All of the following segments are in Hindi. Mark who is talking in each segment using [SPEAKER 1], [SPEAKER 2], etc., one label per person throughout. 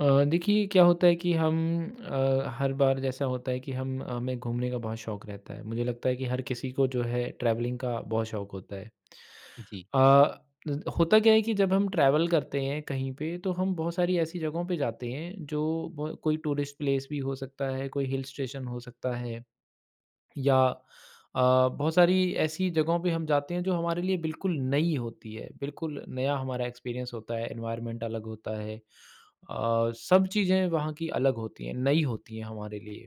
[SPEAKER 1] देखिए क्या होता है कि हर बार जैसा होता है कि हम हमें घूमने का बहुत शौक रहता है। मुझे लगता है कि हर किसी को जो है ट्रैवलिंग का बहुत शौक होता है।
[SPEAKER 2] जी,
[SPEAKER 1] अ, होता क्या है कि जब हम ट्रैवल करते हैं कहीं पे, तो हम बहुत सारी ऐसी जगहों पे जाते हैं जो कोई टूरिस्ट प्लेस भी हो सकता है, कोई हिल स्टेशन हो सकता है, या अ, बहुत सारी ऐसी जगहों पे हम जाते हैं जो हमारे लिए बिल्कुल नई होती है। बिल्कुल नया हमारा एक्सपीरियंस होता है, एनवायरनमेंट अलग होता है। सब चीज़ें वहाँ की अलग होती हैं, नई होती हैं हमारे लिए।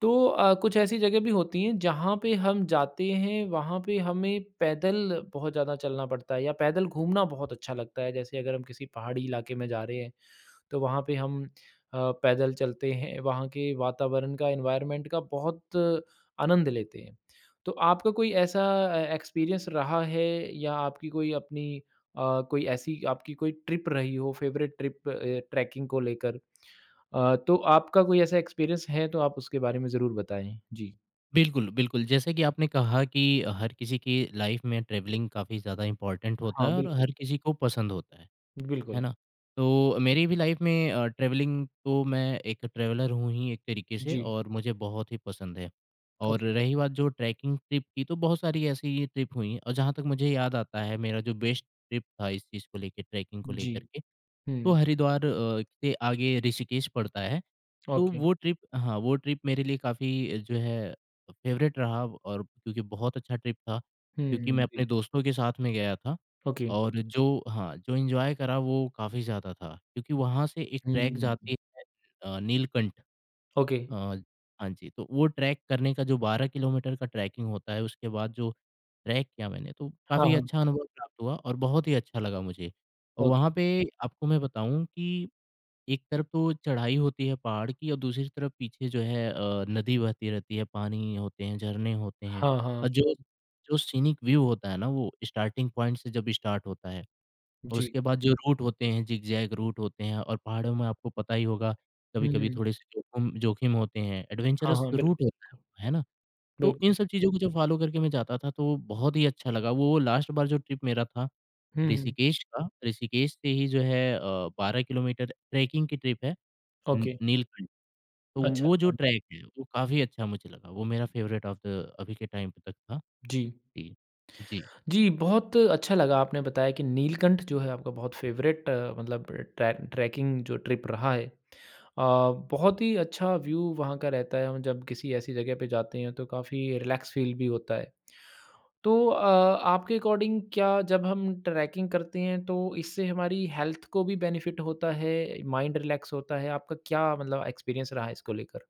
[SPEAKER 1] तो कुछ ऐसी जगह भी होती हैं जहाँ पे हम जाते हैं, वहाँ पे हमें पैदल बहुत ज़्यादा चलना पड़ता है या पैदल घूमना बहुत अच्छा लगता है। जैसे अगर हम किसी पहाड़ी इलाके में जा रहे हैं, तो वहाँ पे हम अ, पैदल चलते हैं, वहाँ के वातावरण का, एनवायरनमेंट का बहुत आनंद लेते हैं। तो आपका कोई ऐसा एक्सपीरियंस रहा है या आपकी कोई अपनी कोई ऐसी आपकी कोई ट्रिप रही हो, फेवरेट ट्रिप, ट्रैकिंग को लेकर? तो आपका कोई ऐसा एक्सपीरियंस है तो आप उसके बारे में ज़रूर बताएँ। जी।
[SPEAKER 2] बिल्कुल, बिल्कुल। जैसे कि आपने कहा कि हर किसी की लाइफ़ में ट्रैवलिंग काफ़ी ज़्यादा इम्पोर्टेंट होता
[SPEAKER 1] हाँ,
[SPEAKER 2] है और
[SPEAKER 1] बिल्कुल,
[SPEAKER 2] हर किसी को पसंद होता है
[SPEAKER 1] बिल्कुल।
[SPEAKER 2] ना? तो मेरी भी लाइफ़ में ट्रैवलिंग तो मैं एक ट्रैवलर हूँ ही एक तरीके से
[SPEAKER 1] जी,
[SPEAKER 2] और मुझे बहुत ही पसंद है। और
[SPEAKER 1] ओके।
[SPEAKER 2] रही बात जो ट्रैकिंग ट्रिप की तो बहुत सारी ऐसी ट्रिप हुई हैं और जहाँ तक मुझे याद आता है मेरा जो बेस्ट ट्रिप था इस चीज़ को लेके, ट्रैकिंग को
[SPEAKER 1] जी,
[SPEAKER 2] लेकर के तो
[SPEAKER 1] हुँ,
[SPEAKER 2] हरिद्वार के आगे ऋषिकेश पड़ता है। तो
[SPEAKER 1] ओके।
[SPEAKER 2] वो ट्रिप हाँ, वो ट्रिप मेरे लिए काफ़ी जो है फ़ेवरेट रहा और क्योंकि बहुत अच्छा ट्रिप था,
[SPEAKER 1] हुँ,
[SPEAKER 2] क्योंकि मैं
[SPEAKER 1] हुँ,
[SPEAKER 2] अपने
[SPEAKER 1] जी,
[SPEAKER 2] दोस्तों के साथ में गया था
[SPEAKER 1] ओके।
[SPEAKER 2] और जो हाँ, जो एन्जॉय करा वो काफ़ी ज़्यादा था। क्योंकि वहाँ से एक ट्रैक
[SPEAKER 1] हुँ,
[SPEAKER 2] जाती है नीलकंठ।
[SPEAKER 1] ओके।
[SPEAKER 2] अ, हाँ जी, तो वो ट्रैक करने का जो 12 किलोमीटर का ट्रैकिंग होता है, उसके बाद जो ट्रैक किया मैंने, तो
[SPEAKER 1] हाँ,
[SPEAKER 2] काफ़ी
[SPEAKER 1] हाँ,
[SPEAKER 2] अच्छा अनुभव प्राप्त हुआ और बहुत ही अच्छा लगा मुझे। और
[SPEAKER 1] ओके।
[SPEAKER 2] वहाँ पे आपको मैं बताऊँ कि एक तरफ तो चढ़ाई होती है पहाड़ की और दूसरी तरफ पीछे जो है नदी बहती रहती है, पानी होते हैं, झरने होते हैं
[SPEAKER 1] हाँ, हाँ,
[SPEAKER 2] और जो
[SPEAKER 1] बिल्कुल।
[SPEAKER 2] जो सीनिक व्यू होता है ना, वो स्टार्टिंग पॉइंट से जब स्टार्ट होता है और
[SPEAKER 1] जी।
[SPEAKER 2] उसके बाद जो रूट होते हैं, ज़िगज़ैग रूट होते हैं और पहाड़ों में आपको पता ही होगा, कभी-कभी
[SPEAKER 1] हुँ।
[SPEAKER 2] थोड़े-से जोखिम जोखिम होते हैं,
[SPEAKER 1] हाँ,
[SPEAKER 2] एडवेंचरस
[SPEAKER 1] हाँ,
[SPEAKER 2] रूट होता
[SPEAKER 1] बिल्कुल,
[SPEAKER 2] है ना? तो इन
[SPEAKER 1] बिल्कुल।
[SPEAKER 2] सब चीज़ों को जब फ़ॉलो करके मैं जाता था, तो बहुत ही अच्छा लगा। वो लास्ट बार जो ट्रिप मेरा था,
[SPEAKER 1] हुँ, हुँ।
[SPEAKER 2] ऋषिकेश का, ऋषिकेश से ही जो है 12 किलोमीटर ट्रैकिंग की ट्रिप है न
[SPEAKER 1] ओके,
[SPEAKER 2] नीलकंठ। तो
[SPEAKER 1] अच्छा,
[SPEAKER 2] वो जो
[SPEAKER 1] हाँ,
[SPEAKER 2] ट्रैक है, वो काफ़ी अच्छा मुझे लगा। वो मेरा फ़ेवरेट ऑफ द अभी के टाइम तक था।
[SPEAKER 1] जी।
[SPEAKER 2] जी। जी।
[SPEAKER 1] जी, बहुत अच्छा लगा आपने बताया कि नीलकंठ जो है आपका बहुत फ़ेवरेट मतलब ट्रैकिंग जो ट्रिप रहा है। बहुत ही अच्छा व्यू वहाँ का रहता है। हम जब किसी ऐसी जगह पे जाते हैं तो काफ़ी रिलैक्स फ़ील भी होता है। तो आपके अकॉर्डिंग क्या जब हम ट्रैकिंग करते हैं तो इससे हमारी हेल्थ को भी बेनिफिट होता है, माइंड रिलैक्स होता है? आपका क्या मतलब एक्सपीरियंस रहा है इसको लेकर?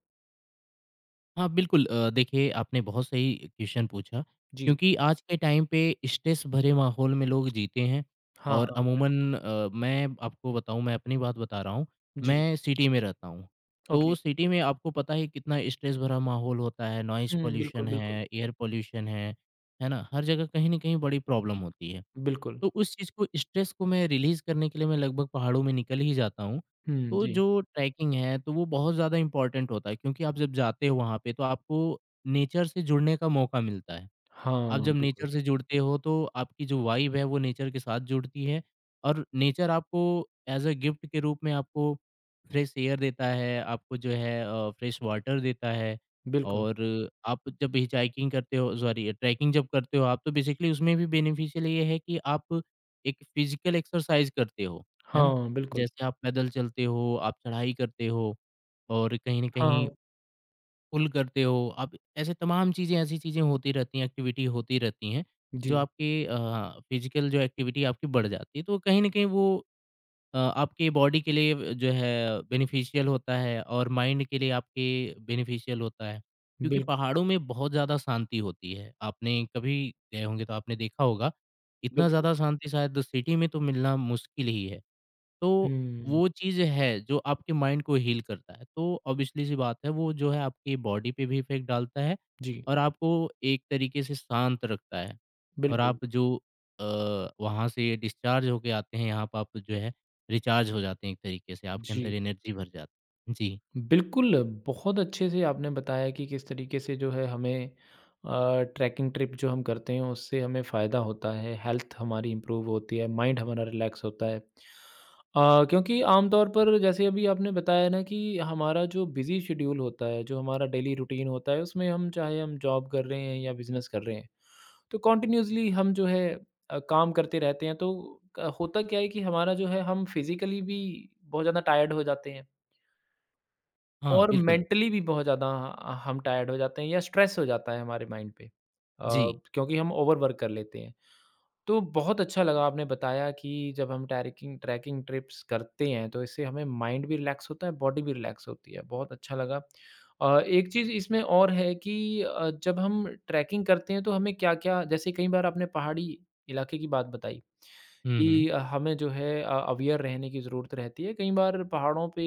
[SPEAKER 2] हाँ, बिल्कुल देखिए आपने बहुत सही क्वेश्चन पूछा
[SPEAKER 1] जी।
[SPEAKER 2] क्योंकि आज के टाइम पे स्ट्रेस भरे माहौल में लोग जीते हैं
[SPEAKER 1] हाँ,
[SPEAKER 2] और
[SPEAKER 1] हाँ।
[SPEAKER 2] अमूमन मैं आपको बताऊँ मैं अपनी बात बता रहा हूँ,
[SPEAKER 1] जी,
[SPEAKER 2] मैं सिटी में रहता हूँ। तो
[SPEAKER 1] ओके।
[SPEAKER 2] सिटी में आपको पता है कितना स्ट्रेस भरा माहौल होता है, नॉइज़
[SPEAKER 1] हुँ,
[SPEAKER 2] पॉल्यूशन
[SPEAKER 1] बिल्कुल, बिल्कुल।
[SPEAKER 2] है, एयर पॉल्यूशन है ना? हर जगह कहीं न कहीं बड़ी प्रॉब्लम होती है।
[SPEAKER 1] बिल्कुल।
[SPEAKER 2] तो उस चीज़ को स्ट्रेस को मैं रिलीज़ करने के लिए मैं लगभग पहाड़ों में निकल ही जाता हूँ।
[SPEAKER 1] हुँ,
[SPEAKER 2] तो
[SPEAKER 1] जी।
[SPEAKER 2] जो ट्रैकिंग है तो वो बहुत ज़्यादा इम्पोर्टेंट होता है क्योंकि आप जब जाते हो वहाँ पे तो आपको नेचर से जुड़ने का मौका मिलता है। आप
[SPEAKER 1] हाँ,
[SPEAKER 2] जब
[SPEAKER 1] बिल्कुल,
[SPEAKER 2] नेचर से जुड़ते हो तो आपकी जो वाइब है वो नेचर के साथ जुड़ती है और नेचर आपको एज अ गिफ्ट के रूप में आपको फ्रेश एयर देता है, आपको जो है फ्रेश वाटर देता है।
[SPEAKER 1] बिल्कुल।
[SPEAKER 2] और आप जब हिचाइकिंग करते हो, सॉरी ट्रैकिंग जब करते हो आप, तो बेसिकली उसमें भी बेनिफिशियल ये है कि आप एक फिजिकल एक्सरसाइज करते हो, है ना?
[SPEAKER 1] हाँ, बिल्कुल।
[SPEAKER 2] जैसे आप पैदल चलते हो, आप चढ़ाई करते हो और कहीं ना
[SPEAKER 1] हाँ,
[SPEAKER 2] कहीं
[SPEAKER 1] हाँ।
[SPEAKER 2] पुल करते हो आप। ऐसे तमाम चीज़ें, ऐसी चीज़ें होती रहती हैं, एक्टिविटी होती रहती हैं जो
[SPEAKER 1] जी,
[SPEAKER 2] आपकी फिजिकल जो एक्टिविटी आपकी बढ़ जाती है, तो कहीं ना कहीं वो आपके बॉडी के लिए जो है बेनिफिशियल होता है और माइंड के लिए आपके बेनिफिशियल होता है। क्योंकि
[SPEAKER 1] बिल्कुल,
[SPEAKER 2] पहाड़ों में बहुत ज़्यादा शांति होती है, आपने कभी गए होंगे तो आपने देखा होगा, इतना
[SPEAKER 1] बिल्कुल।
[SPEAKER 2] ज़्यादा शांति शायद सिटी में तो मिलना मुश्किल ही है। तो
[SPEAKER 1] हुँ,
[SPEAKER 2] वो चीज़ है जो आपके माइंड को हील करता है। तो ऑब्वियसली सी बात है वो जो है आपकी बॉडी पे भी इफ़ेक्ट डालता है
[SPEAKER 1] जी,
[SPEAKER 2] और आपको एक तरीके से शांत रखता है। और
[SPEAKER 1] बिल्कुल।
[SPEAKER 2] आप जो अ, वहाँ से डिस्चार्ज होके आते हैं यहाँ पे, आप जो है रिचार्ज हो जाते हैं एक तरीके से, आपके
[SPEAKER 1] जी।
[SPEAKER 2] अंदर एनर्जी भर जाती है। जी,
[SPEAKER 1] बिल्कुल, बहुत अच्छे से आपने बताया कि किस तरीके से जो है हमें ट्रैकिंग ट्रिप जो हम करते हैं उससे हमें फ़ायदा होता है, हेल्थ हमारी इम्प्रूव होती है, माइंड हमारा रिलैक्स होता है। क्योंकि आमतौर पर जैसे अभी आपने बताया ना कि हमारा जो बिज़ी शेड्यूल होता है, जो हमारा डेली रूटीन होता है उसमें हम चाहे हम जॉब कर रहे हैं या बिज़नेस कर रहे हैं, तो कंटिन्यूअसली हम जो है काम करते रहते हैं तो क होता क्या है कि हमारा जो है हम फिज़िकली भी बहुत ज़्यादा टायर्ड हो जाते हैं।
[SPEAKER 2] हाँ
[SPEAKER 1] और
[SPEAKER 2] बिल्कुल।
[SPEAKER 1] मेंटली भी बहुत ज़्यादा हम टायर्ड हो जाते हैं या स्ट्रेस हो जाता है हमारे माइंड पे,
[SPEAKER 2] जी।
[SPEAKER 1] क्योंकि हम ओवरवर्क कर लेते हैं। तो बहुत अच्छा लगा आपने बताया कि जब हम ट्रैकिंग ट्रैकिंग ट्रिप्स करते हैं तो इससे हमें माइंड भी रिलैक्स होता है, बॉडी भी रिलैक्स होती है, बहुत अच्छा लगा। एक चीज़ इसमें और है कि जब हम ट्रैकिंग करते हैं तो हमें क्या-क्या, जैसे कई बार आपने पहाड़ी इलाके की बात बताई
[SPEAKER 2] हुँ, हुँ।
[SPEAKER 1] कि हमें जो है अवेयर रहने की ज़रूरत रहती है। कई बार पहाड़ों पे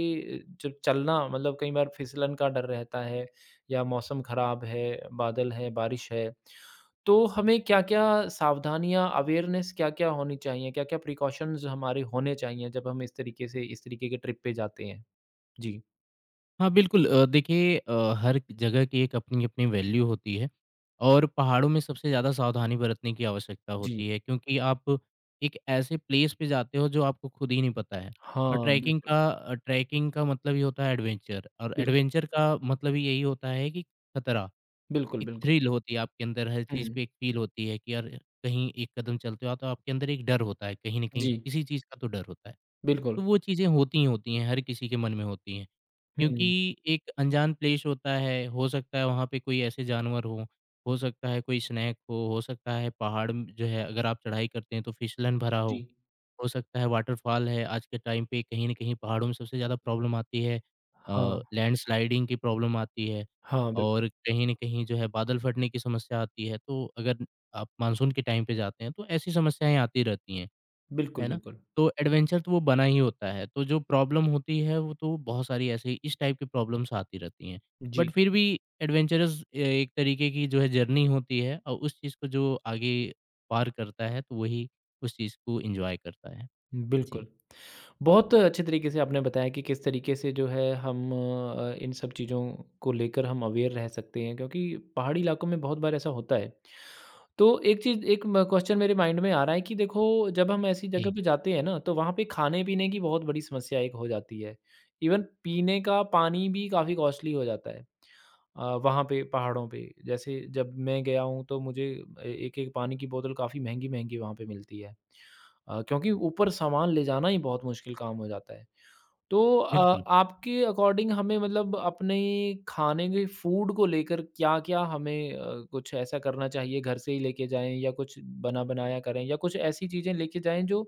[SPEAKER 1] जब चलना, मतलब कई बार फिसलन का डर रहता है, या मौसम ख़राब है, बादल है, बारिश है, तो हमें क्या-क्या सावधानियाँ, अवेयरनेस क्या-क्या होनी चाहिए? क्या-क्या प्रिकॉशंस हमारे होने चाहिए जब हम इस तरीके से इस तरीके के ट्रिप पे जाते हैं? जी।
[SPEAKER 2] हाँ, बिल्कुल देखिए हर जगह की एक अपनी-अपनी वैल्यू होती है और पहाड़ों में सबसे ज़्यादा सावधानी बरतने की आवश्यकता
[SPEAKER 1] जी।
[SPEAKER 2] होती है क्योंकि आप एक ऐसे प्लेस पे जाते हो जो आपको खुद ही नहीं पता है। और
[SPEAKER 1] हाँ,
[SPEAKER 2] ट्रैकिंग
[SPEAKER 1] बिल्कुल,
[SPEAKER 2] का ट्रैकिंग का मतलब ही होता है एडवेंचर और
[SPEAKER 1] बिल्कुल,
[SPEAKER 2] एडवेंचर का मतलब ही यही होता है कि खतरा,
[SPEAKER 1] बिल्कुल,
[SPEAKER 2] एक
[SPEAKER 1] बिल्कुल।
[SPEAKER 2] थ्रिल होती है आपके अंदर, हर चीज़
[SPEAKER 1] हुँ,
[SPEAKER 2] पे एक फ़ील होती है कि यार कहीं एक कदम चलते हो आप तो आपके अंदर एक डर होता है, कहीं न कहीं
[SPEAKER 1] जी,
[SPEAKER 2] किसी चीज़ का तो डर होता है। तो
[SPEAKER 1] बिल्कुल।
[SPEAKER 2] वो चीज़ें होती ही होती हैं, हर किसी के मन में होती हैं।
[SPEAKER 1] हुँ,
[SPEAKER 2] क्योंकि एक अनजान प्लेस होता है, हो सकता है वहाँ पे कोई ऐसे जानवर हों, हो सकता है कोई स्नैक हो सकता है पहाड़ म जो है अगर आप चढ़ाई करते हैं तो फिसलन भरा
[SPEAKER 1] जी।
[SPEAKER 2] हो सकता है वाटरफॉल है। आज के टाइम पे कहीं न कहीं पहाड़ों में सबसे ज़्यादा प्रॉब्लम आती है,
[SPEAKER 1] हाँ,
[SPEAKER 2] लैंडस्लाइडिंग की प्रॉब्लम आती है
[SPEAKER 1] हाँ, बिल्कुल,
[SPEAKER 2] और कहीं न कहीं जो है बादल फटने की समस्या आती है। तो अगर आप मानसून के टाइम पे जाते हैं तो ऐसी समस्याएँ आती रहती हैं।
[SPEAKER 1] बिल्कुल,
[SPEAKER 2] है ना?
[SPEAKER 1] बिल्कुल।
[SPEAKER 2] तो एडवेंचर तो वो बना ही होता है, तो जो प्रॉब्लम होती है वो तो बहुत सारी ऐसे ही इस टाइप की प्रॉब्लम्स आती रहती हैं। बट
[SPEAKER 1] जी।
[SPEAKER 2] फिर भी एडवेंचरस एक तरीके की जो है जर्नी होती है और उस चीज़ को जो आगे पार करता है, तो वही उस चीज़ को एन्जॉय करता है। जी।
[SPEAKER 1] बिल्कुल। बहुत अच्छे तरीके से आपने बताया कि किस तरीके से जो है हम इन सब चीज़ों को लेकर हम अवेयर रह सकते हैं, क्योंकि पहाड़ी इलाकों में बहुत बार ऐसा होता है। तो एक चीज़ एक म क्वेश्चन मेरे माइंड में आ रहा है कि देखो, जब हम ऐसी
[SPEAKER 2] जी,
[SPEAKER 1] जगह पे जाते हैं ना तो वहाँ पे खाने-पीने की बहुत बड़ी समस्या एक हो जाती है। इवन पीने का पानी भी काफ़ी कॉस्टली हो जाता है। वहाँ पे पहाड़ों पे जैसे जब मैं गया हूँ तो मुझे एक-एक पानी की बोतल काफ़ी महँगी-महँगी वहाँ पे मिलती है। क्योंकि ऊपर सामान ले जाना ही बहुत मुश्किल काम हो जाता है। तो
[SPEAKER 2] बिल्कुल।
[SPEAKER 1] आपके अकॉर्डिंग हमें मतलब अपने खाने के फूड को लेकर क्या-क्या हमें, कुछ ऐसा करना चाहिए घर से ही लेके जाएँ, या कुछ बना-बनाया करें, या कुछ ऐसी चीज़ें लेके जाएँ जो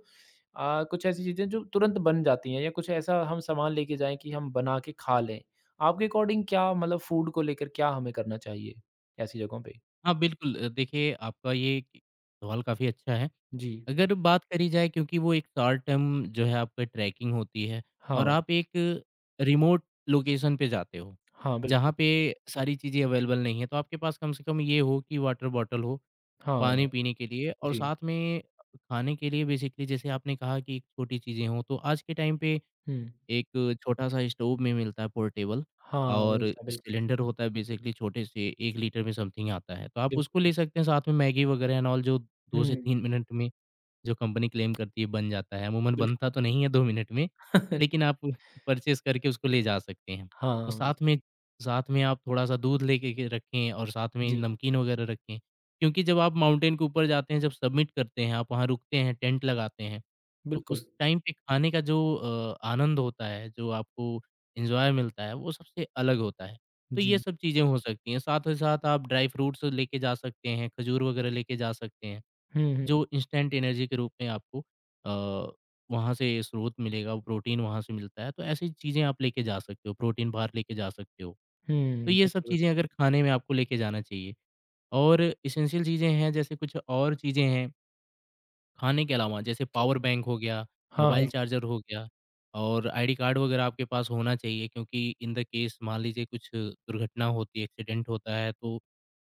[SPEAKER 1] कुछ ऐसी चीज़ें जो तुरंत बन जाती हैं, या कुछ ऐसा हम सामान लेके जाएँ कि हम बना के खा लें? आपके अकॉर्डिंग क्या मतलब फूड को लेकर क्या हमें करना चाहिए ऐसी जगहों पे?
[SPEAKER 2] हाँ, बिल्कुल देखिए आपका ये सवाल काफ़ी अच्छा है।
[SPEAKER 1] जी।
[SPEAKER 2] अगर बात करी जाए क्योंकि वो एक शॉर्ट टर्म जो है आपका ट्रैकिंग होती है और
[SPEAKER 1] हाँ।
[SPEAKER 2] आप एक रिमोट लोकेशन पे जाते हो,
[SPEAKER 1] हाँ, बिल्कुल।
[SPEAKER 2] जहाँ पे सारी चीज़ें अवेलेबल नहीं है, तो आपके पास कम से कम ये हो कि वाटर बॉटल हो,
[SPEAKER 1] हाँ,
[SPEAKER 2] पानी पीने के लिए और
[SPEAKER 1] जी।
[SPEAKER 2] साथ में खाने के लिए। बेसिकली जैसे आपने कहा कि छोटी चीज़ें हों, तो आज के टाइम पे
[SPEAKER 1] हुँ।
[SPEAKER 2] एक छोटा-सा स्टोव में मिलता है पोर्टेबल,
[SPEAKER 1] हाँ,
[SPEAKER 2] और
[SPEAKER 1] मिलता बिल्कुल,
[SPEAKER 2] सिलेंडर होता है बेसिकली छोटे से 1 लीटर में समथिंग आता है, तो आप
[SPEAKER 1] बिल्कुल,
[SPEAKER 2] उसको ले
[SPEAKER 1] बिल्कुल।
[SPEAKER 2] सकते हैं। साथ में मैगी वगैरह एंड ऑल जो 2 से
[SPEAKER 1] हुँ,
[SPEAKER 2] 3 मिनट में जो कंपनी क्लेम करती है बन जाता है। अमूमन
[SPEAKER 1] बिल्कुल।
[SPEAKER 2] बनता तो नहीं है 2 मिनट में, लेकिन आप परचेज़ करके उसको ले जा सकते हैं। और
[SPEAKER 1] हाँ।
[SPEAKER 2] साथ में आप थोड़ा-सा दूध लेके के रखें और साथ में
[SPEAKER 1] जी,
[SPEAKER 2] नमकीन वगैरह रखें। क्योंकि जब आप माउंटेन के ऊपर जाते हैं, जब सबमिट करते हैं, आप वहाँ रुकते हैं, टेंट लगाते हैं, तो
[SPEAKER 1] बिल्कुल।
[SPEAKER 2] उस टाइम पे खाने का जो आनंद होता है, जो आपको एन्जॉय मिलता है, वो सबसे अलग होता है। तो ये
[SPEAKER 1] जी।
[SPEAKER 2] सब चीज़ें हो सकती हैं। साथ ही साथ आप ड्राई फ्रूट्स लेके जा सकते हैं, खजूर वगैरह लेके जा सकते हैं।
[SPEAKER 1] हुँ, हुँ,
[SPEAKER 2] जो इंस्टेंट एनर्जी के रूप में आपको अ, वहाँ से स्रोत मिलेगा, वो प्रोटीन वहाँ से मिलता है, तो ऐसी चीज़ें आप लेके जा सकते हो, प्रोटीन बार लेके जा सकते हो। तो
[SPEAKER 1] हुँ,
[SPEAKER 2] ये सब
[SPEAKER 1] बिल्कुल।
[SPEAKER 2] चीज़ें अगर खाने में आपको लेके जाना चाहिए और एसेंशियल चीज़ें हैं, जैसे कुछ और चीज़ें हैं खाने के अलावा, जैसे
[SPEAKER 1] ओके।
[SPEAKER 2] पावर बैंक हो गया,
[SPEAKER 1] हाँ,
[SPEAKER 2] मोबाइल
[SPEAKER 1] हाँ,
[SPEAKER 2] चार्जर हो गया और आईडी कार्ड वगैरह आपके पास होना चाहिए। क्योंकि इन द केस मान लीजिए कुछ दुर्घटना होती है, एक्सीडेंट होता है तो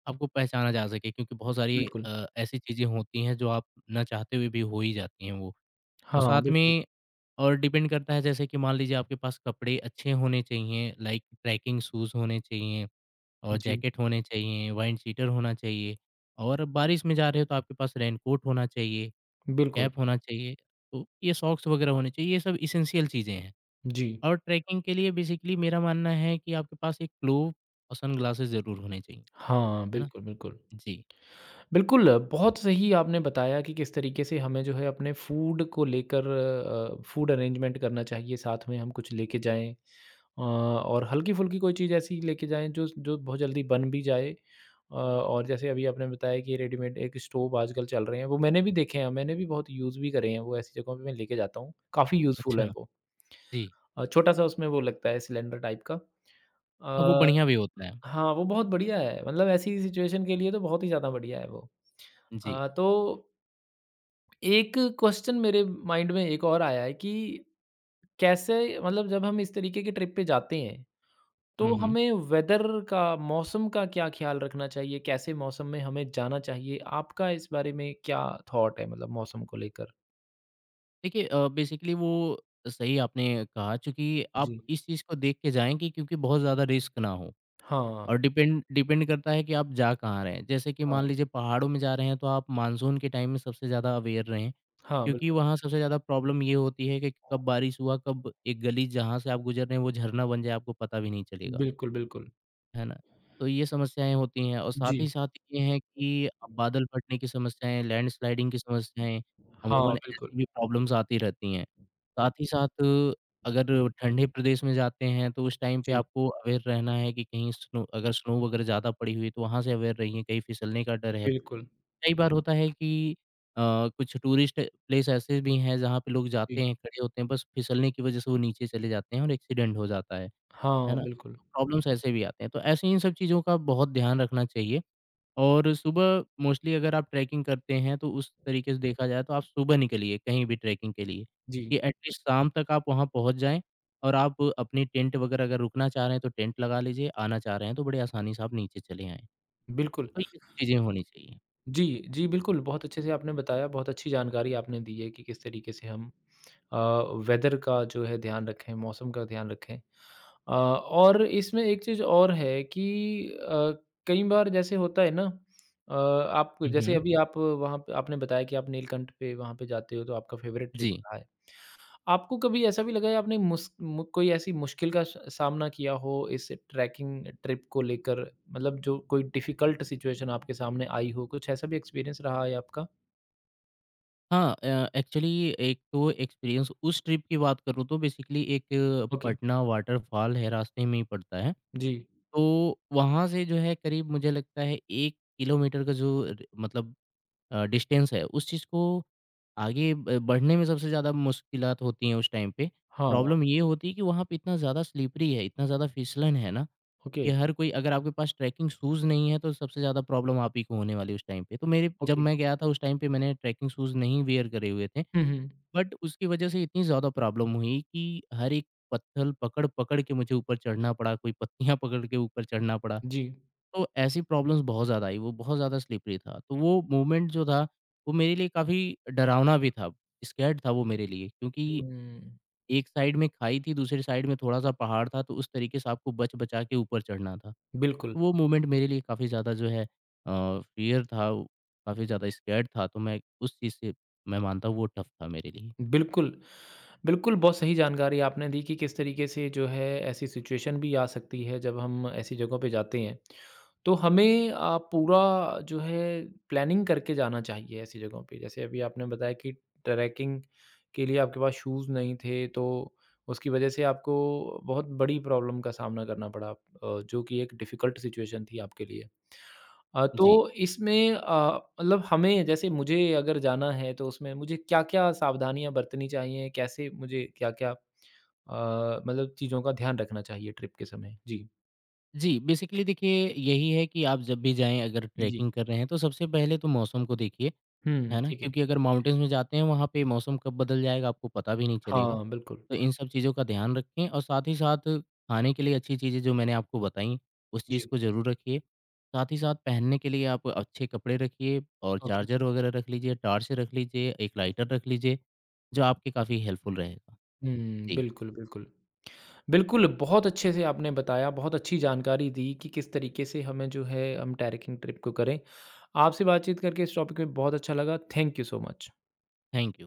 [SPEAKER 2] आपको पहचाना जा सके, क्योंकि बहुत सारी
[SPEAKER 1] बिल्कुल।
[SPEAKER 2] ऐसी चीज़ें होती हैं जो आप ना चाहते हुए भी हो ही जाती हैं वो। और
[SPEAKER 1] हाँ,
[SPEAKER 2] साथ
[SPEAKER 1] बिल्कुल।
[SPEAKER 2] में और डिपेंड करता है जैसे कि मान लीजिए आपके पास कपड़े अच्छे होने चाहिए, लाइक ट्रैकिंग शूज़ होने चाहिए और
[SPEAKER 1] जी,
[SPEAKER 2] जैकेट होने चाहिए, वाइंड शीटर होना चाहिए और बारिश में जा रहे हो तो आपके पास रेनकोट होना चाहिए।
[SPEAKER 1] बिल्कुल।
[SPEAKER 2] कैप होना चाहिए, तो ये सॉक्स वगैरह होने चाहिए, ये सब एसेंशियल चीज़ें हैं।
[SPEAKER 1] जी।
[SPEAKER 2] और ट्रैकिंग के लिए बेसिकली मेरा मानना है कि आपके पास एक ग्लोव और सनग्लासेस ज़रूर होने चाहिए,
[SPEAKER 1] हाँ,
[SPEAKER 2] है ना?
[SPEAKER 1] बिल्कुल, बिल्कुल।
[SPEAKER 2] जी,
[SPEAKER 1] बिल्कुल, बहुत सही आपने बताया कि किस तरीके से हमें जो है अपने फूड को लेकर फूड अरेंजमेंट करना चाहिए, साथ में हम कुछ लेके जाएँ। और हल्की-फुल्की कोई चीज़ ऐसी लेके जाएँ जो जो बहुत जल्दी बन भी जाए। और जैसे अभी आपने बताया कि रेडीमेड एक स्टोव आजकल चल रहे हैं, वो मैंने भी देखे हैं, मैंने भी बहुत यूज़ भी करे हैं, वो ऐसी जगहों पे मैं लेके जाता हूँ, काफ़ी यूज़फुल है
[SPEAKER 2] अच्छा,
[SPEAKER 1] वो।
[SPEAKER 2] जी।
[SPEAKER 1] छोटा-सा उसमें वो लगता है सिलेंडर टाइप का।
[SPEAKER 2] हाँ, वो
[SPEAKER 1] अ,
[SPEAKER 2] बढ़िया भी होता है।
[SPEAKER 1] हाँ, वो बहुत बढ़िया है, मतलब ऐसी सिचुएशन के लिए तो बहुत ही ज़्यादा बढ़िया है वो।
[SPEAKER 2] जी,
[SPEAKER 1] तो एक क्वेश्चन मेरे माइंड में एक और आया है कि कैसे, मतलब जब हम इस तरीके के ट्रिप पे जाते हैं,
[SPEAKER 2] हुँ,
[SPEAKER 1] तो
[SPEAKER 2] हुँ।
[SPEAKER 1] हमें वेदर का, मौसम का क्या ख़्याल रखना चाहिए? कैसे मौसम में हमें जाना चाहिए? आपका इस बारे में क्या थॉट है, मतलब मौसम को लेकर?
[SPEAKER 2] देखिए बेसिकली वो सही आपने कहा, चूँकि आप
[SPEAKER 1] जी।
[SPEAKER 2] इस चीज़ को देख के जाएँ कि क्योंकि बहुत ज़्यादा रिस्क ना हो
[SPEAKER 1] हाँ,
[SPEAKER 2] और डिपेंड डिपेंड करता है कि आप जा कहाँ रहे हैं। जैसे कि मान
[SPEAKER 1] हाँ,
[SPEAKER 2] लीजिए पहाड़ों में जा रहे हैं, तो आप मानसून के टाइम में सबसे ज़्यादा अवेयर रहें
[SPEAKER 1] हाँ,
[SPEAKER 2] क्योंकि
[SPEAKER 1] बिल्कुल।
[SPEAKER 2] वहाँ सबसे ज़्यादा प्रॉब्लम ये होती है कि कब बारिश हुआ, कब एक गली जहाँ से आप गुज़र रहे हैं वो झरना बन जाए आपको पता भी नहीं चलेगा,
[SPEAKER 1] बिल्कुल, बिल्कुल।
[SPEAKER 2] है ना? तो ये समस्याएँ होती हैं और साथ
[SPEAKER 1] जी।
[SPEAKER 2] ही साथ ये है कि बादल फटने की समस्याएँ, लैंडस्लाइडिंग की समस्याएँ,
[SPEAKER 1] हाँ,
[SPEAKER 2] अमूमन ऐसी
[SPEAKER 1] बिल्कुल।
[SPEAKER 2] भी प्रॉब्लम्स आती रहती हैं। साथ ही साथ अगर ठंडे प्रदेश में जाते हैं तो उस टाइम पे
[SPEAKER 1] जी,
[SPEAKER 2] आपको अवेयर रहना है कि कहीं स्नो अगर स्नो वगैरह ज़्यादा पड़ी हुई है तो वहाँ से अवेयर रहिए, कहीं फिसलने का डर है।
[SPEAKER 1] बिल्कुल।
[SPEAKER 2] कई बार होता है कि अ, कुछ टूरिस्ट प्लेस ऐसे भी हैं जहाँ पे लोग जाते
[SPEAKER 1] जी।
[SPEAKER 2] हैं, खड़े होते हैं, बस फिसलने की वजह से वो नीचे चले जाते हैं और एक्सीडेंट हो जाता है
[SPEAKER 1] हाँ,
[SPEAKER 2] ना?
[SPEAKER 1] बिल्कुल।
[SPEAKER 2] प्रॉब्लम्स ऐसे भी आते हैं, तो ऐसे इन सब चीज़ों का बहुत ध्यान रखना चाहिए। और सुबह मोस्टली अगर आप ट्रैकिंग करते हैं तो उस तरीके से देखा जाए तो आप सुबह निकलिए कहीं भी ट्रैकिंग के लिए,
[SPEAKER 1] जी,
[SPEAKER 2] कि एटलीस्ट शाम तक आप वहाँ पहुँच जाएँ और आप अपनी टेंट वगैरह अगर रुकना चाह रहे हैं तो टेंट लगा लीजिए, आना चाह रहे हैं तो बड़ी आसानी से आप नीचे चले आएँ।
[SPEAKER 1] बिल्कुल।
[SPEAKER 2] तो ये सब चीज़ें होनी चाहिए।
[SPEAKER 1] जी, जी, बिल्कुल, बहुत अच्छे से आपने बताया, बहुत अच्छी जानकारी आपने दी है कि किस तरीके से हम अ, वेदर का जो है ध्यान रखें, मौसम का ध्यान रखें। और इसमें एक चीज़ और है कि अ, कई बार जैसे होता है ना, आप
[SPEAKER 2] हुँ,
[SPEAKER 1] जैसे
[SPEAKER 2] हुँ।
[SPEAKER 1] हुँ। अभी आप वहाँ पे आपने बताया कि आप नीलकंठ पे वहाँ पे जाते हो तो आपका फेवरेट ट्रिप
[SPEAKER 2] जी।
[SPEAKER 1] रहा है। आपको कभी ऐसा भी लगा है आपने मुस मु कोई ऐसी मुश्किल का स सामना किया हो इस ट्रैकिंग ट्रिप को लेकर, मतलब जो कोई डिफ़िकल्ट सिचुएशन आपके सामने आई हो, कुछ ऐसा भी एक्सपीरियंस रहा है आपका?
[SPEAKER 2] हाँ एक्चुअली एक तो एक्सपीरियंस उस ट्रिप की बात करूँ तो बेसिकली एक
[SPEAKER 1] ओके,
[SPEAKER 2] पटना वाटरफॉल है, रास्ते में ही पड़ता है।
[SPEAKER 1] जी।
[SPEAKER 2] तो वहाँ से जो है करीब मुझे लगता है 1 किलोमीटर का जो र मतलब डिस्टेंस है, उस चीज़ को आगे ब बढ़ने में सबसे ज़्यादा मुश्किलात होती हैं उस टाइम पे।
[SPEAKER 1] हाँ,
[SPEAKER 2] प्रॉब्लम ये होती है कि वहाँ पे इतना ज़्यादा स्लिपरी है, इतना ज़्यादा फिसलन है ना, कि
[SPEAKER 1] ओके,
[SPEAKER 2] हर कोई अगर आपके पास ट्रैकिंग शूज़ नहीं है, तो सबसे ज़्यादा प्रॉब्लम आप ही को होने वाली है उस टाइम पे। तो मेरे जब
[SPEAKER 1] ओके।
[SPEAKER 2] मैं गया था उस टाइम पे मैंने ट्रैकिंग शूज़ नहीं वियर करे हुए थे।
[SPEAKER 1] हुँ, हुँ।
[SPEAKER 2] बट उसकी वजह से इतनी ज़्यादा प्रॉब्लम हुई कि हर एक पत्थर पकड़-पकड़ के मुझे ऊपर चढ़ना पड़ा, कोई पत्तियाँ पकड़ के ऊपर चढ़ना पड़ा।
[SPEAKER 1] जी।
[SPEAKER 2] तो ऐसी प्रॉब्लम्स बहुत ज़्यादा आई, वो बहुत ज़्यादा स्लिपरी था। तो वो मोमेंट जो था, वो मेरे लिए काफ़ी डरावना भी था, स्कैर्ड था वो मेरे लिए, क्योंकि
[SPEAKER 1] हुँ,
[SPEAKER 2] एक साइड में खाई थी, दूसरी साइड में थोड़ा-सा पहाड़ था, तो उस तरीके से आपको बच-बचा के ऊपर चढ़ना था।
[SPEAKER 1] बिल्कुल।
[SPEAKER 2] तो वो मोमेंट मेरे लिए काफ़ी ज़्यादा जो है अ, फ़ियर था, काफ़ी ज़्यादा स्कैर्ड था, तो मैं उस चीज़ से मैं मानता हूँ वो टफ था मेरे लिए।
[SPEAKER 1] बिल्कुल। बिल्कुल, बहुत सही जानकारी आपने दी कि किस तरीके से जो है ऐसी सिचुएशन भी आ सकती है जब हम ऐसी जगहों पे जाते हैं। तो हमें पूरा जो है प्लानिंग करके जाना चाहिए ऐसी जगहों पे। जैसे अभी आपने बताया कि ट्रैकिंग के लिए आपके पास शूज़ नहीं थे तो उसकी वजह से आपको बहुत बड़ी प्रॉब्लम का सामना करना पड़ा, जो कि एक डिफ़िकल्ट सिचुएशन थी आपके लिए।
[SPEAKER 2] जी।
[SPEAKER 1] तो इसमें मतलब हमें जैसे मुझे अगर जाना है तो उसमें मुझे क्या-क्या सावधानियाँ बरतनी चाहिए? कैसे मुझे क्या-क्या मतलब चीज़ों का ध्यान रखना चाहिए ट्रिप के समय? जी,
[SPEAKER 2] जी, बेसिकली देखिए यही है कि आप जब भी जाएँ अगर
[SPEAKER 1] जी।
[SPEAKER 2] ट्रैकिंग कर रहे हैं तो सबसे पहले तो मौसम को देखिए,
[SPEAKER 1] हुँ,
[SPEAKER 2] है ना?
[SPEAKER 1] ठीक है।
[SPEAKER 2] क्योंकि अगर माउंटेन्स में जाते हैं वहाँ पे मौसम कब बदल जाएगा आपको पता भी नहीं चलेगा।
[SPEAKER 1] हाँ, बिल्कुल।
[SPEAKER 2] तो इन सब चीज़ों का ध्यान रखें और साथ ही साथ खाने के लिए अच्छी चीज़ें जो मैंने आपको बताईं, उस
[SPEAKER 1] जी,
[SPEAKER 2] चीज़ को ज़रूर रखिए। साथ ही साथ पहनने के लिए आप अच्छे कपड़े रखिए और
[SPEAKER 1] ओके।
[SPEAKER 2] चार्जर वगैरह रख लीजिए, टॉर्च रख लीजिए, एक लाइटर रख लीजिए, जो आपके काफ़ी हेल्पफुल रहेगा।
[SPEAKER 1] हुँ,
[SPEAKER 2] जी,
[SPEAKER 1] बिल्कुल, बिल्कुल। बिल्कुल, बहुत अच्छे से आपने बताया, बहुत अच्छी जानकारी दी कि किस तरीके से हमें जो है हम ट्रैकिंग ट्रिप को करें। आपसे बातचीत करके इस टॉपिक में बहुत अच्छा लगा। Thank you so much.
[SPEAKER 2] Thank you.